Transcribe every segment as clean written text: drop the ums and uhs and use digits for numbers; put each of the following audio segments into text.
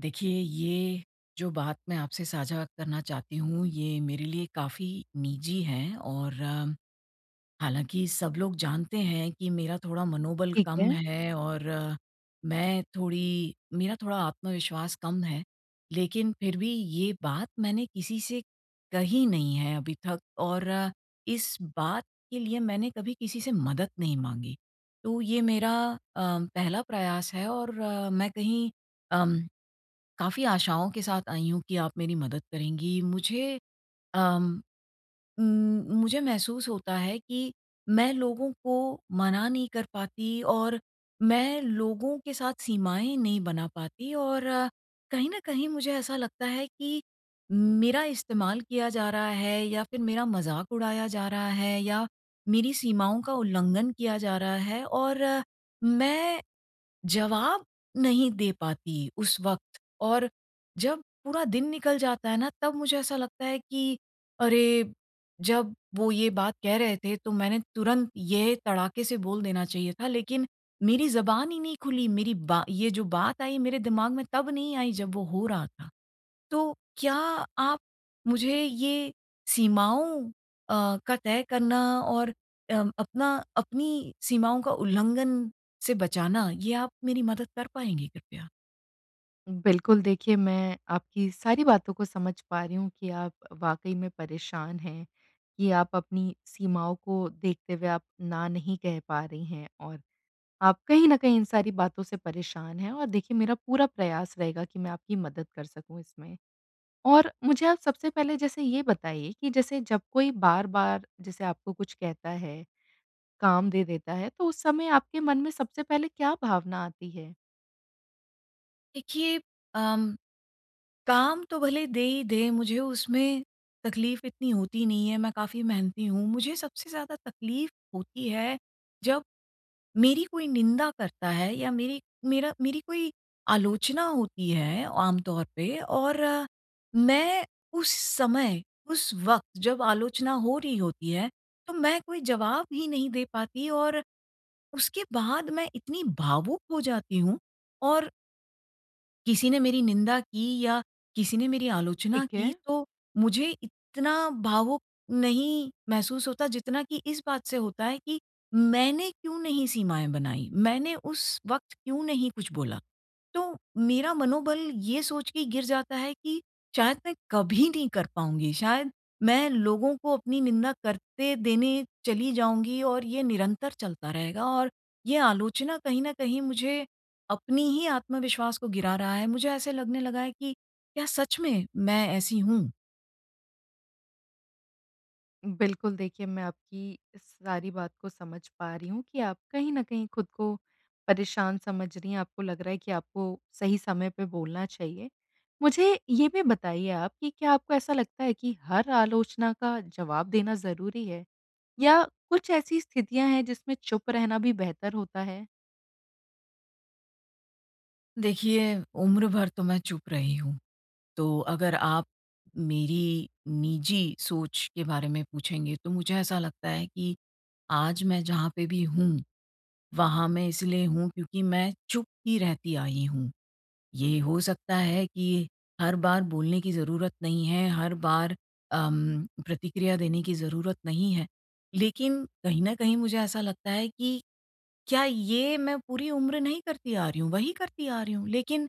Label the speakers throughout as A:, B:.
A: देखिए, ये जो बात मैं आपसे साझा करना चाहती हूँ, ये मेरे लिए काफ़ी निजी है। और हालाँकि सब लोग जानते हैं कि मेरा थोड़ा मनोबल
B: ठीक है।
A: कम है, और मैं थोड़ी मेरा थोड़ा आत्मविश्वास कम है। लेकिन फिर भी ये बात मैंने किसी से कही नहीं है अभी तक, और इस बात के लिए मैंने कभी किसी से मदद नहीं माँगी। तो ये मेरा पहला प्रयास है। और मैं कहीं अम काफ़ी आशाओं के साथ आई हूँ कि आप मेरी मदद करेंगी। अम, उम, मुझे महसूस होता है कि मैं लोगों को मना नहीं कर पाती, और मैं लोगों के साथ सीमाएँ नहीं बना पाती। और कहीं न कहीं मुझे ऐसा लगता है कि मेरा इस्तेमाल किया जा रहा है, या फिर मेरा मज़ाक उड़ाया जा रहा है, या मेरी सीमाओं का उल्लंघन किया जा रहा है। और मैं जवाब नहीं दे पाती उस वक़्त। और जब पूरा दिन निकल जाता है ना, तब मुझे ऐसा लगता है कि अरे! जब वो ये बात कह रहे थे, तो मैंने तुरंत ये तड़ाके से बोल देना चाहिए था, लेकिन मेरी ज़बान ही नहीं खुली। मेरी बा ये जो बात आई मेरे दिमाग में, तब नहीं आई जब वो हो रहा था। तो क्या आप मुझे ये सीमाओं का तय करना और अपना अपनी सीमाओं का उल्लंघन से बचाना, ये आप मेरी मदद कर पाएँगे कृपया?
B: बिल्कुल, देखिए मैं आपकी सारी बातों को समझ पा रही हूँ कि आप वाक़ई में परेशान हैं, कि आप अपनी सीमाओं को देखते हुए आप ना नहीं कह पा रही हैं और आप कहीं न कहीं इन सारी बातों से परेशान हैं और देखिए मेरा पूरा प्रयास रहेगा कि मैं आपकी मदद कर सकूँ इसमें। और मुझे आप सबसे पहले जैसे ये बताइए कि जैसे जब कोई बार-बार जैसे आपको कुछ कहता है, काम दे देता है, तो उस समय आपके मन में सबसे पहले क्या भावना आती है?
A: देखिए, अम, काम तो भले दे ही दें, मुझे उसमें तकलीफ़ इतनी होती नहीं है, मैं काफ़ी मेहनती हूँ। मुझे सबसे ज़्यादा तकलीफ़ होती है जब मेरी कोई निंदा करता है, या मेरी कोई आलोचना होती है आमतौर पे। और मैं उस समय, उस वक़्त जब आलोचना हो रही होती है, तो मैं कोई जवाब ही नहीं दे पाती। और उसके बाद मैं इतनी भावुक हो जाती हूँ। और किसी ने मेरी निंदा की, या किसी ने मेरी आलोचना
B: ठीक
A: की,
B: है।
A: तो मुझे इतना भावुक नहीं महसूस होता जितना कि इस बात से होता है कि मैंने क्यों नहीं सीमाएँ बनाई, मैंने उस वक़्त क्यों नहीं कुछ बोला। तो मेरा मनोबल ये सोच के गिर जाता है कि शायद मैं कभी नहीं कर पाऊँगी, शायद मैं लोगों को अपनी निंदा करते देने चली जाऊँगी, और ये निरंतर चलता रहेगा। और ये आलोचना कहीं न कहीं मुझे अपनी ही आत्मविश्वास को गिरा रहा है। मुझे ऐसे लगने लगा है कि क्या सच में मैं ऐसी हूँ?
B: बिल्कुल, देखिए मैं आपकी इस सारी बात को समझ पा रही हूँ कि आप कहीं न कहीं खुद को परेशान समझ रही हैं, आपको लग रहा है कि आपको सही समय पे बोलना चाहिए। मुझे ये भी बताइए आप कि क्या आपको ऐसा लगता है कि हर आलोचना का जवाब देना ज़रूरी है? या कुछ ऐसी स्थितियाँ हैं जिसमें चुप रहना भी बेहतर होता है?
A: देखिए, उम्र भर तो मैं चुप रही हूँ, तो अगर आप मेरी निजी सोच के बारे में पूछेंगे, तो मुझे ऐसा लगता है कि आज मैं जहाँ पे भी हूँ, वहाँ मैं इसलिए हूँ क्योंकि मैं चुप ही रहती आई हूँ। ये हो सकता है कि हर बार बोलने की ज़रूरत नहीं है, हर बार प्रतिक्रिया देने की ज़रूरत नहीं है। लेकिन कहीं न कहीं मुझे ऐसा लगता है कि क्या ये मैं पूरी उम्र नहीं करती आ रही हूँ, वही करती आ रही हूँ। लेकिन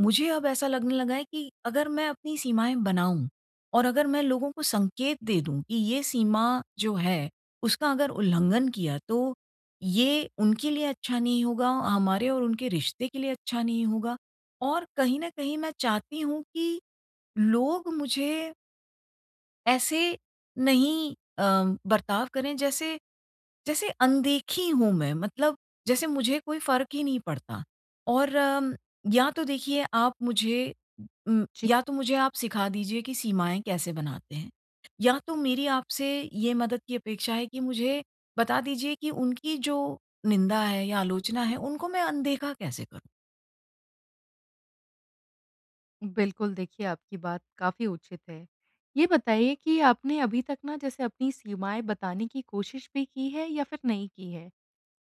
A: मुझे अब ऐसा लगने लगा है कि अगर मैं अपनी सीमाएँ बनाऊँ, और अगर मैं लोगों को संकेत दे दूँ कि ये सीमा जो है, उसका अगर उल्लंघन किया तो ये उनके लिए अच्छा नहीं होगा, हमारे और उनके रिश्ते के लिए अच्छा नहीं होगा। और कहीं न कहीं मैं चाहती हूँ कि लोग मुझे ऐसे नहीं अ, बर्ताव करें, जैसे जैसे अनदेखी हूँ मैं, मतलब जैसे मुझे कोई फ़र्क ही नहीं पड़ता। और या तो देखिए आप मुझे
B: जी।
A: या तो मुझे आप सिखा दीजिए कि सीमाएँ कैसे बनाते हैं, या तो मेरी आपसे ये मदद की अपेक्षा है कि मुझे बता दीजिए कि उनकी जो निंदा है या आलोचना है, उनको मैं अनदेखा कैसे करूँ?
B: बिल्कुल, देखिए आपकी बात काफ़ी उचित है। ये बताइए कि आपने अभी तक ना जैसे अपनी सीमाएँ बताने की कोशिश भी की है या फिर नहीं की है?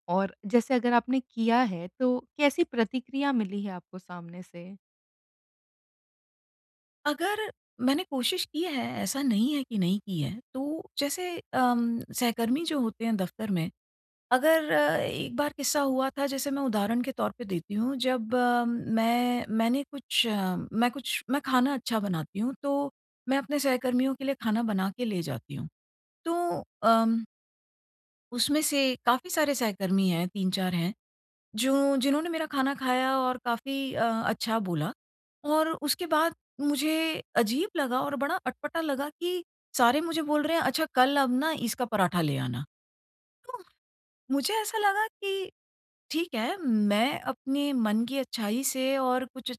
B: और जैसे अगर आपने किया है तो कैसी प्रतिक्रिया मिली है आपको सामने से?
A: अगर मैंने कोशिश की है, ऐसा नहीं है कि नहीं की है, तो जैसे सहकर्मी जो होते हैं दफ़्तर में, अगर एक बार किस्सा हुआ था, जैसे मैं उदाहरण के तौर पे देती हूँ। जब अ, मैं मैंने कुछ अ, मैं कुछ मैं खाना अच्छा बनाती हूँ, तो मैं अपने सहकर्मियों के लिए खाना बना के ले जाती हूँ। तो अम, उसमें से काफ़ी सारे सहकर्मी हैं, 3-4 हैं जो, जिन्होंने मेरा खाना खाया और काफ़ी अच्छा बोला। और उसके बाद मुझे अजीब लगा और बड़ा अटपटा लगा कि सारे मुझे बोल रहे हैं, अच्छा कल अब ना इसका पराठा ले आना। तो मुझे ऐसा लगा कि ठीक है, मैं अपने मन की अच्छाई से और कुछ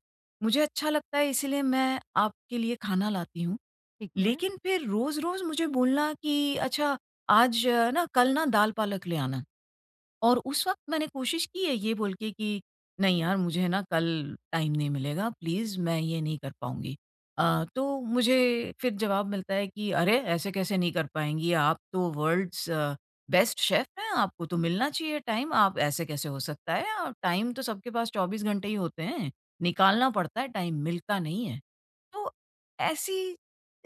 A: मुझे अच्छा लगता है, इसीलिए मैं आपके लिए खाना लाती हूँ।
B: ठीक है।
A: लेकिन फिर रोज़-रोज़ मुझे बोलना कि अच्छा आज ना कल ना दाल-पालक ले आना। और उस वक़्त मैंने कोशिश की है ये बोल के कि नहीं यार, मुझे ना कल टाइम नहीं मिलेगा, प्लीज़ मैं ये नहीं कर पाऊँगी। तो मुझे फिर जवाब मिलता है कि अरे! ऐसे कैसे नहीं कर पाएँगी, आप तो वर्ल्ड्स बेस्ट शेफ़ हैं, आपको तो मिलना चाहिए टाइम, आप ऐसे कैसे हो सकता है? और टाइम तो सबके पास 24 घंटे ही होते हैं, निकालना पड़ता है, टाइम मिलता नहीं है। तो ऐसी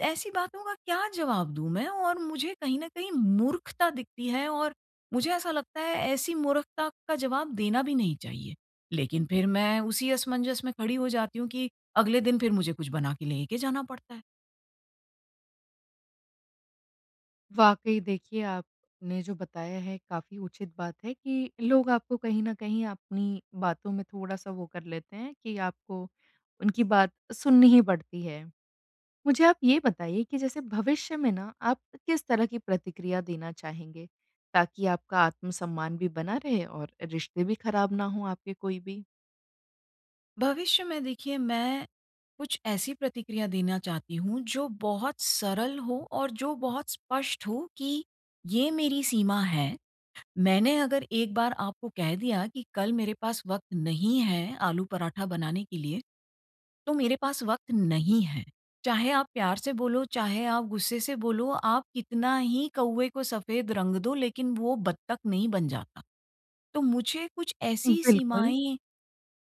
A: ऐसी बातों का क्या जवाब दूँ मैं? और मुझे कहीं न कहीं मूर्खता दिखती है, और मुझे ऐसा लगता है ऐसी मूर्खता का जवाब देना भी नहीं चाहिए। लेकिन फिर मैं उसी असमंजस में खड़ी हो जाती हूँ कि अगले दिन फिर मुझे कुछ बना के लेके जाना पड़ता है।
B: वाक़ई देखिए, आपने जो बताया है काफ़ी उचित बात है कि लोग आपको कहीं न कहीं अपनी बातों में थोड़ा-सा वो कर लेते हैं कि आपको उनकी बात सुननी ही पड़ती है। मुझे आप ये बताइए कि जैसे भविष्य में ना आप किस तरह की प्रतिक्रिया देना चाहेंगे? ताकि आपका आत्मसम्मान भी बना रहे और रिश्ते भी खराब ना हों आपके कोई भी?
A: भविष्य में देखिए, मैं कुछ ऐसी प्रतिक्रिया देना चाहती हूँ जो बहुत सरल हो और जो बहुत स्पष्ट हो कि ये मेरी सीमा है। मैंने अगर एक बार आपको कह दिया कि कल मेरे पास वक़्त नहीं है आलू पराठा बनाने के लिए, तो मेरे पास वक़्त नहीं है। चाहे आप प्यार से बोलो, चाहे आप गुस्से से बोलो, आप कितना ही कौवे को सफ़ेद रंग दो, लेकिन वो बत्तख नहीं बन जाता। तो मुझे कुछ ऐसी
B: बिल्कुल।
A: सीमाएँ।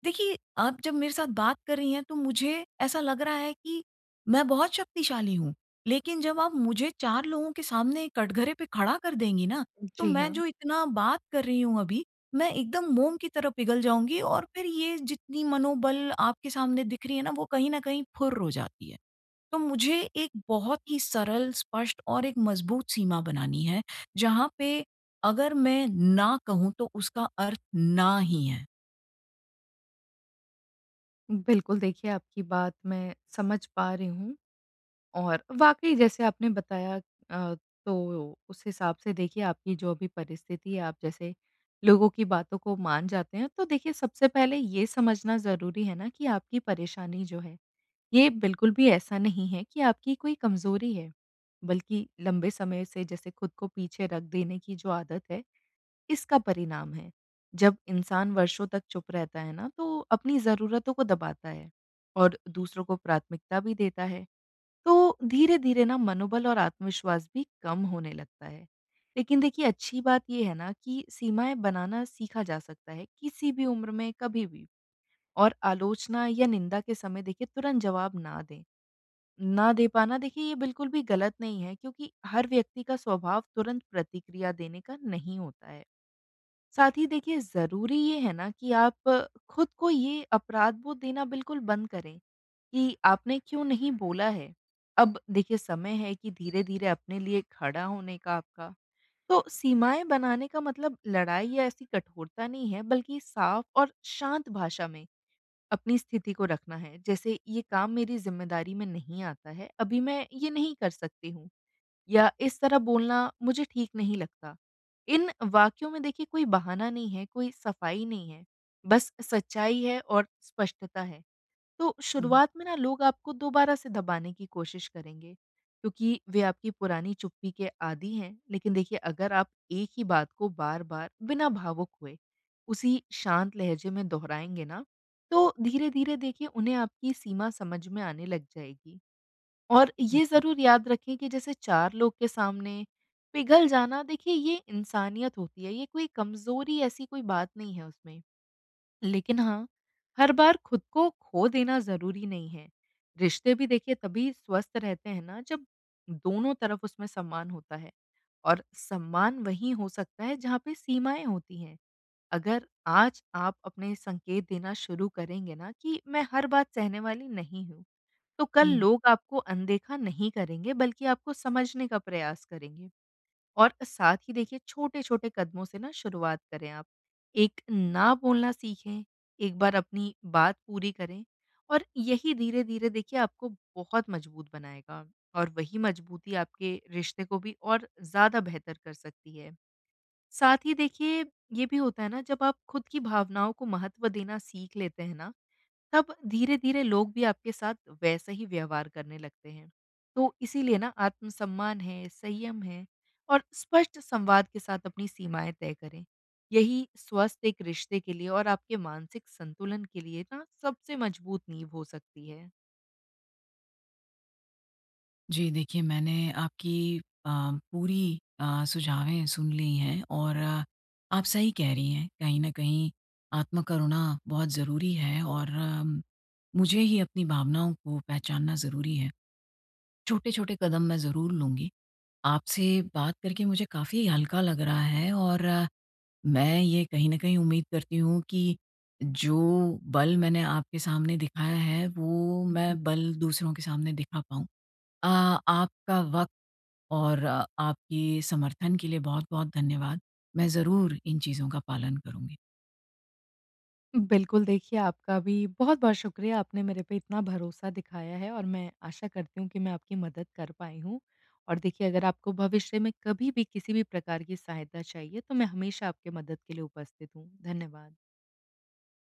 A: देखिए, आप जब मेरे साथ बात कर रही हैं, तो मुझे ऐसा लग रहा है कि मैं बहुत शक्तिशाली हूँ। लेकिन जब आप मुझे 4 लोगों के सामने कटघरे पे खड़ा कर देंगी ना, तो
B: जी
A: मैं
B: हाँ।
A: जो इतना बात कर रही हूँ अभी, मैं एकदम मोम की तरह पिघल जाऊँगी, और फिर ये जितनी मनोबल आपके सामने दिख रही है ना, वो कहीं न कहीं फुर्र हो जाती है। तो मुझे एक बहुत ही सरल, स्पष्ट और एक मज़बूत सीमा बनानी है, जहाँ पे अगर मैं ना कहूँ, तो उसका अर्थ ना ही है।
B: बिल्कुल, देखिए आपकी बात मैं समझ पा रही हूँ और वाक़ई जैसे आपने बताया, अ, तो उस हिसाब से देखिए आपकी जो भी परिस्थिति है, आप जैसे लोगों की बातों को मान जाते हैं। तो देखिए सबसे पहले ये समझना ज़रूरी है ना कि आपकी परेशानी जो है, ये बिल्कुल भी ऐसा नहीं है कि आपकी कोई कमज़ोरी है, बल्कि लंबे समय से जैसे खुद को पीछे रख देने की जो आदत है, इसका परिणाम है। जब इंसान वर्षों तक चुप रहता है ना, तो अपनी ज़रूरतों को दबाता है और दूसरों को प्राथमिकता भी देता है। तो धीरे-धीरे ना मनोबल और आत्मविश्वास भी कम होने लगता है। लेकिन देखिए अच्छी बात ये है ना कि सीमाएँ बनाना सीखा जा सकता है, किसी भी उम्र में कभी भी। और आलोचना या निंदा के समय देखिए तुरंत जवाब ना दें। ना दे पाना देखिए ये बिल्कुल भी गलत नहीं है क्योंकि हर व्यक्ति का स्वभाव तुरंत प्रतिक्रिया देने का नहीं होता है। साथ ही देखिए ज़रूरी ये है ना कि आप खुद को ये अपराध-बोध देना बिल्कुल बंद करें, कि आपने क्यों नहीं बोला है। अब देखिए समय है कि धीरे-धीरे अपने लिए खड़ा होने का आपका। तो सीमाएँ बनाने का मतलब लड़ाई या ऐसी कठोरता नहीं है बल्कि साफ और शांत भाषा में अपनी स्थिति को रखना है। जैसे ये काम मेरी ज़िम्मेदारी में नहीं आता है, अभी मैं ये नहीं कर सकती हूँ। या इस तरह बोलना मुझे ठीक नहीं लगता। इन वाक्यों में देखिए कोई बहाना नहीं है, कोई सफाई नहीं है, बस सच्चाई है और स्पष्टता है। तो
A: हुँ,
B: शुरुआत में ना लोग आपको दोबारा से दबाने की कोशिश करेंगे, क्योंकि वे आपकी पुरानी चुप्पी के आदी हैं। लेकिन देखिए अगर आप एक ही बात को बार-बार बिना भावुक हुए उसी शांत लहजे में दोहराएँगे ना, तो धीरे-धीरे देखिए उन्हें आपकी सीमा समझ में आने लग जाएगी। और
A: हुँ,
B: ये ज़रूर याद रखें कि जैसे 4 लोग के सामने पिघल जाना देखिए ये इंसानियत होती है, ये कोई कमज़ोरी ऐसी कोई बात नहीं है उसमें। लेकिन हाँ, हर बार खुद को खो देना ज़रूरी नहीं है। रिश्ते भी देखिए तभी स्वस्थ रहते हैं ना जब दोनों तरफ उसमें सम्मान होता है और सम्मान वहीं हो सकता है जहाँ पे सीमाएँ होती हैं। अगर आज आप अपने संकेत देना शुरू करेंगे ना कि मैं हर बात सहने वाली नहीं हूँ। तो कल
A: हुँ।
B: लोग आपको अनदेखा नहीं करेंगे बल्कि आपको समझने का प्रयास करेंगे। और साथ ही देखिए छोटे-छोटे कदमों से ना शुरुआत करें आप। एक ना बोलना सीखें, एक बार अपनी बात पूरी करें और यही धीरे-धीरे देखिए आपको बहुत मजबूत बनाएगा और वही मजबूती आपके रिश्ते को भी और ज़्यादा बेहतर कर सकती है। साथ ही देखिए ये भी होता है ना जब आप खुद की भावनाओं को महत्व देना सीख लेते हैं ना तब धीरे-धीरे लोग भी आपके साथ वैसा ही व्यवहार करने लगते हैं। तो इसीलिए ना आत्मसम्मान है, संयम है और स्पष्ट संवाद के साथ अपनी सीमाएँ तय करें। यही स्वस्थ एक रिश्ते के लिए और आपके मानसिक संतुलन के लिए ना सबसे मजबूत नींव हो सकती है।
A: जी, देखिए मैंने आपकी अ, पूरी सुझावें सुन ली हैं। और आप सही कह रही हैं, कहीं न कहीं आत्म-करुणा बहुत ज़रूरी है। और मुझे ही अपनी भावनाओं को पहचानना ज़रूरी है। छोटे-छोटे कदम मैं ज़रूर लूँगी। आपसे बात करके मुझे काफ़ी हल्का लग रहा है। और मैं ये कहीं न कहीं उम्मीद करती हूँ कि जो बल मैंने आपके सामने दिखाया है, वो मैं बल दूसरों के सामने दिखा पाऊँ। आपका वक़्त और आपके समर्थन के लिए बहुत-बहुत धन्यवाद। मैं ज़रूर इन चीज़ों का पालन करूँगी।
B: बिल्कुल, देखिए आपका भी बहुत-बहुत शुक्रिया, आपने मेरे पे इतना भरोसा दिखाया है और मैं आशा करती हूँ कि मैं आपकी मदद कर पाई हूँ। और देखिए अगर आपको भविष्य में कभी भी किसी भी प्रकार की सहायता चाहिए, तो मैं हमेशा आपके मदद के लिए उपस्थित हूँ। धन्यवाद।